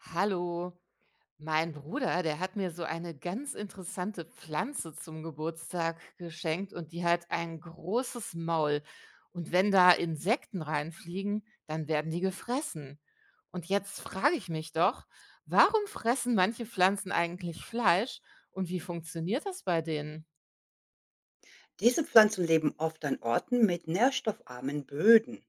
Hallo, mein Bruder, der hat mir so eine ganz interessante Pflanze zum Geburtstag geschenkt und die hat ein großes Maul. Und wenn da Insekten reinfliegen, dann werden die gefressen. Und jetzt frage ich mich doch, warum fressen manche Pflanzen eigentlich Fleisch und wie funktioniert das bei denen? Diese Pflanzen leben oft an Orten mit nährstoffarmen Böden.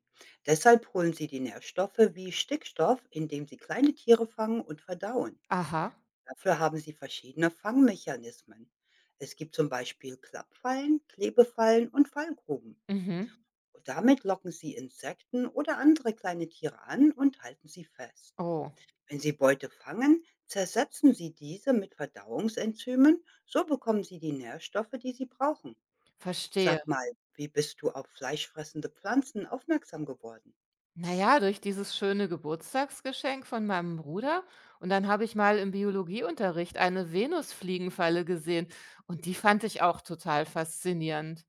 Deshalb holen sie die Nährstoffe wie Stickstoff, indem sie kleine Tiere fangen und verdauen. Aha, Dafür haben sie verschiedene Fangmechanismen. Es gibt zum Beispiel Klappfallen, Klebefallen und Fallgruben. mhm. Und damit locken sie Insekten oder andere kleine Tiere an und halten sie fest. Oh, Wenn sie Beute fangen, zersetzen sie diese mit Verdauungsenzymen, so bekommen sie die Nährstoffe, die sie brauchen. verstehe. Sag mal, wie bist du auf fleischfressende Pflanzen aufmerksam geworden? Naja, durch dieses schöne Geburtstagsgeschenk von meinem Bruder. Und dann habe ich mal im Biologieunterricht eine Venusfliegenfalle gesehen. Und die fand ich auch total faszinierend.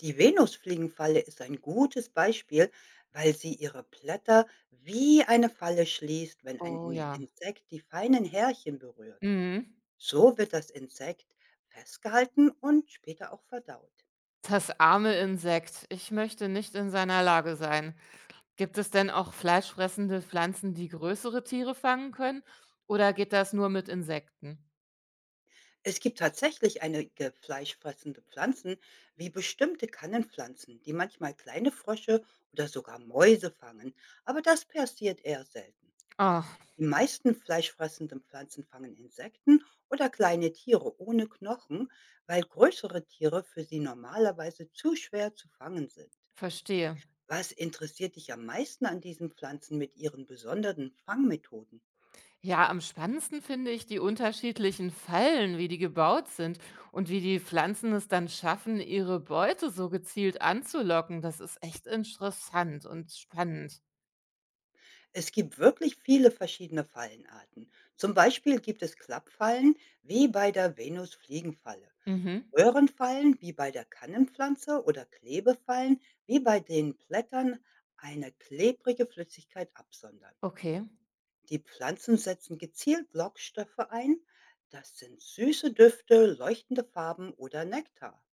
Die Venusfliegenfalle ist ein gutes Beispiel, weil sie ihre Blätter wie eine Falle schließt, wenn ein Oh In ja. Insekt die feinen Härchen berührt. Mhm. So wird das Insekt festgehalten und später auch verdaut. Das arme Insekt. Ich möchte nicht in seiner Lage sein. Gibt es denn auch fleischfressende Pflanzen, die größere Tiere fangen können? Oder geht das nur mit Insekten? Es gibt tatsächlich einige fleischfressende Pflanzen, wie bestimmte Kannenpflanzen, die manchmal kleine Frösche oder sogar Mäuse fangen, aber das passiert eher selten. Ach, Die meisten fleischfressenden Pflanzen fangen Insekten oder kleine Tiere ohne Knochen, weil größere Tiere für sie normalerweise zu schwer zu fangen sind. verstehe. Was interessiert dich am meisten an diesen Pflanzen mit ihren besonderen Fangmethoden? Ja, am spannendsten finde ich die unterschiedlichen Fallen, wie die gebaut sind und wie die Pflanzen es dann schaffen, ihre Beute so gezielt anzulocken. Das ist echt interessant und spannend. Es gibt wirklich viele verschiedene Fallenarten. Zum Beispiel gibt es Klappfallen wie bei der Venusfliegenfalle, Mhm. Röhrenfallen wie bei der Kannenpflanze oder Klebefallen wie bei den Blättern eine klebrige Flüssigkeit absondern. Okay, Die Pflanzen setzen gezielt Lockstoffe ein. Das sind süße Düfte, leuchtende Farben oder Nektar.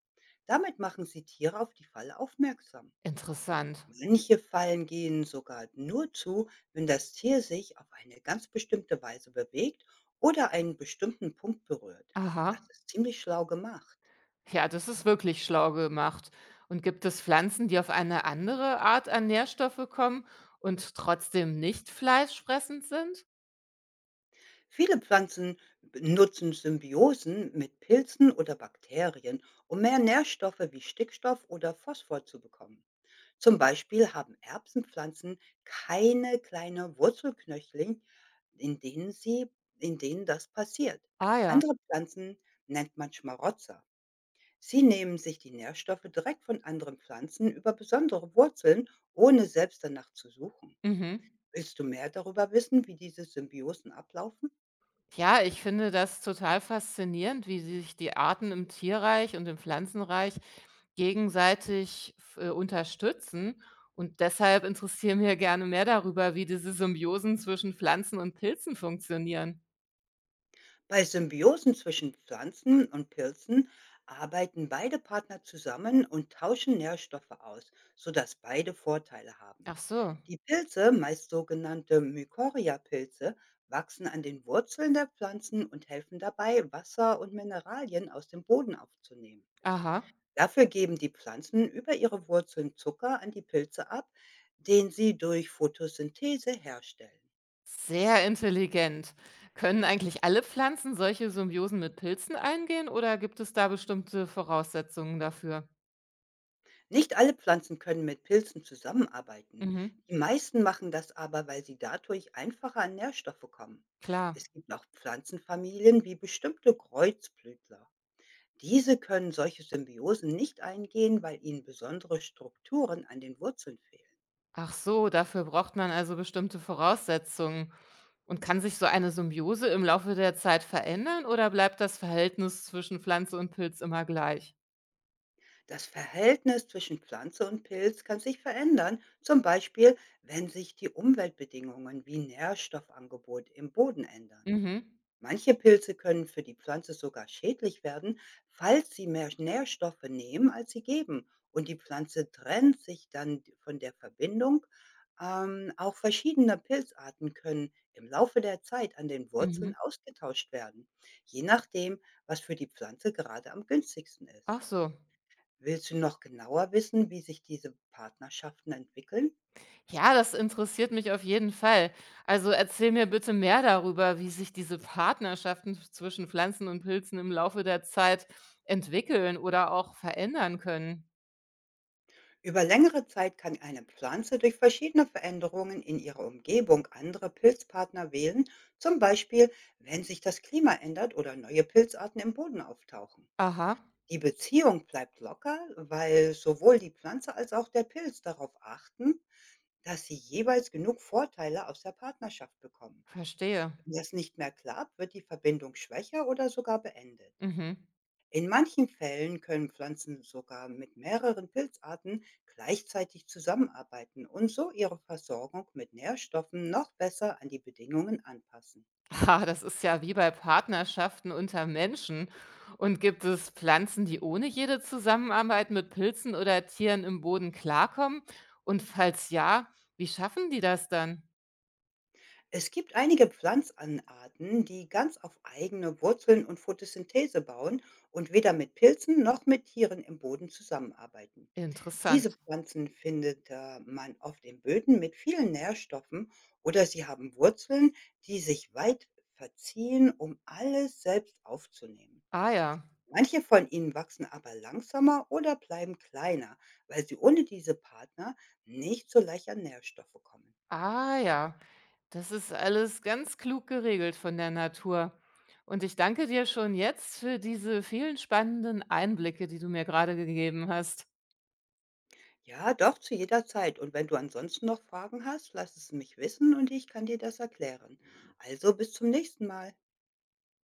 Damit machen sie Tiere auf die Falle aufmerksam. interessant. Manche Fallen gehen sogar nur zu, wenn das Tier sich auf eine ganz bestimmte Weise bewegt oder einen bestimmten Punkt berührt. Das Aha. ist ziemlich schlau gemacht. Ja, das ist wirklich schlau gemacht. Und gibt es Pflanzen, die auf eine andere Art an Nährstoffe kommen und trotzdem nicht fleischfressend sind? Viele Pflanzen nutzen Symbiosen mit Pilzen oder Bakterien, um mehr Nährstoffe wie Stickstoff oder Phosphor zu bekommen. Zum Beispiel haben Erbsenpflanzen keine kleinen Wurzelknöchel, in denen sie in denen das passiert. Ah ja. Andere Pflanzen nennt man Schmarotzer. Sie nehmen sich die Nährstoffe direkt von anderen Pflanzen über besondere Wurzeln, ohne selbst danach zu suchen. Mhm. Willst du mehr darüber wissen, wie diese Symbiosen ablaufen? Ja, ich finde das total faszinierend, wie sich die Arten im Tierreich und im Pflanzenreich gegenseitig unterstützen. Und deshalb interessieren wir gerne mehr darüber, wie diese Symbiosen zwischen Pflanzen und Pilzen funktionieren. Bei Symbiosen zwischen Pflanzen und Pilzen arbeiten beide Partner zusammen und tauschen Nährstoffe aus, sodass beide Vorteile haben. Ach so, Die Pilze, meist sogenannte Mykorrhizapilze, wachsen an den Wurzeln der Pflanzen und helfen dabei, Wasser und Mineralien aus dem Boden aufzunehmen. aha. Dafür geben die Pflanzen über ihre Wurzeln Zucker an die Pilze ab, den sie durch Photosynthese herstellen. Sehr intelligent. Können eigentlich alle Pflanzen solche Symbiosen mit Pilzen eingehen oder gibt es da bestimmte Voraussetzungen dafür? Nicht alle Pflanzen können mit Pilzen zusammenarbeiten. Mhm, Die meisten machen das aber, weil sie dadurch einfacher an Nährstoffe kommen. klar. Es gibt auch Pflanzenfamilien wie bestimmte Kreuzblütler. Diese können solche Symbiosen nicht eingehen, weil ihnen besondere Strukturen an den Wurzeln fehlen. Ach so, dafür braucht man also bestimmte Voraussetzungen. Und kann sich so eine Symbiose im Laufe der Zeit verändern oder bleibt das Verhältnis zwischen Pflanze und Pilz immer gleich? Das Verhältnis zwischen Pflanze und Pilz kann sich verändern, zum Beispiel wenn sich die Umweltbedingungen wie Nährstoffangebot im Boden ändern. Mhm, Manche Pilze können für die Pflanze sogar schädlich werden, falls sie mehr Nährstoffe nehmen, als sie geben. Und die Pflanze trennt sich dann von der Verbindung. Auch verschiedene Pilzarten können im Laufe der Zeit an den mhm. Wurzeln ausgetauscht werden, je nachdem, was für die Pflanze gerade am günstigsten Ach ist. so. Willst du noch genauer wissen, wie sich diese Partnerschaften entwickeln? Ja, das interessiert mich auf jeden Fall. Also erzähl mir bitte mehr darüber, wie sich diese Partnerschaften zwischen Pflanzen und Pilzen im Laufe der Zeit entwickeln oder auch verändern können. Über längere Zeit kann eine Pflanze durch verschiedene Veränderungen in ihrer Umgebung andere Pilzpartner wählen, zum Beispiel wenn sich das Klima ändert oder neue Pilzarten im Boden auftauchen. Aha, Die Beziehung bleibt locker, weil sowohl die Pflanze als auch der Pilz darauf achten, dass sie jeweils genug Vorteile aus der Partnerschaft bekommen. verstehe. Wenn das nicht mehr klappt, wird die Verbindung schwächer oder sogar beendet. Mhm. In manchen Fällen können Pflanzen sogar mit mehreren Pilzarten gleichzeitig zusammenarbeiten und so ihre Versorgung mit Nährstoffen noch besser an die Bedingungen anpassen. Ha, das ist ja wie bei Partnerschaften unter Menschen. Und gibt es Pflanzen, die ohne jede Zusammenarbeit mit Pilzen oder Tieren im Boden klarkommen? Und falls ja, wie schaffen die das dann? Es gibt einige Pflanzenarten, die ganz auf eigene Wurzeln und Photosynthese bauen und weder mit Pilzen noch mit Tieren im Boden zusammenarbeiten. Diese Interessant. Pflanzen man auf den Böden mit vielen Nährstoffen oder sie haben Wurzeln, die sich weit verziehen, um alles selbst aufzunehmen. Ah ja, Manche von ihnen wachsen aber langsamer oder bleiben kleiner, weil sie ohne diese Partner nicht so leicht an Nährstoffe kommen. ah ja, das ist alles ganz klug geregelt von der Natur. Und ich danke dir schon jetzt für diese vielen spannenden Einblicke, die du mir gerade gegeben hast. Ja, doch, zu jeder Zeit. Und wenn du ansonsten noch Fragen hast, lass es mich wissen und ich kann dir das erklären. Also bis zum nächsten Mal.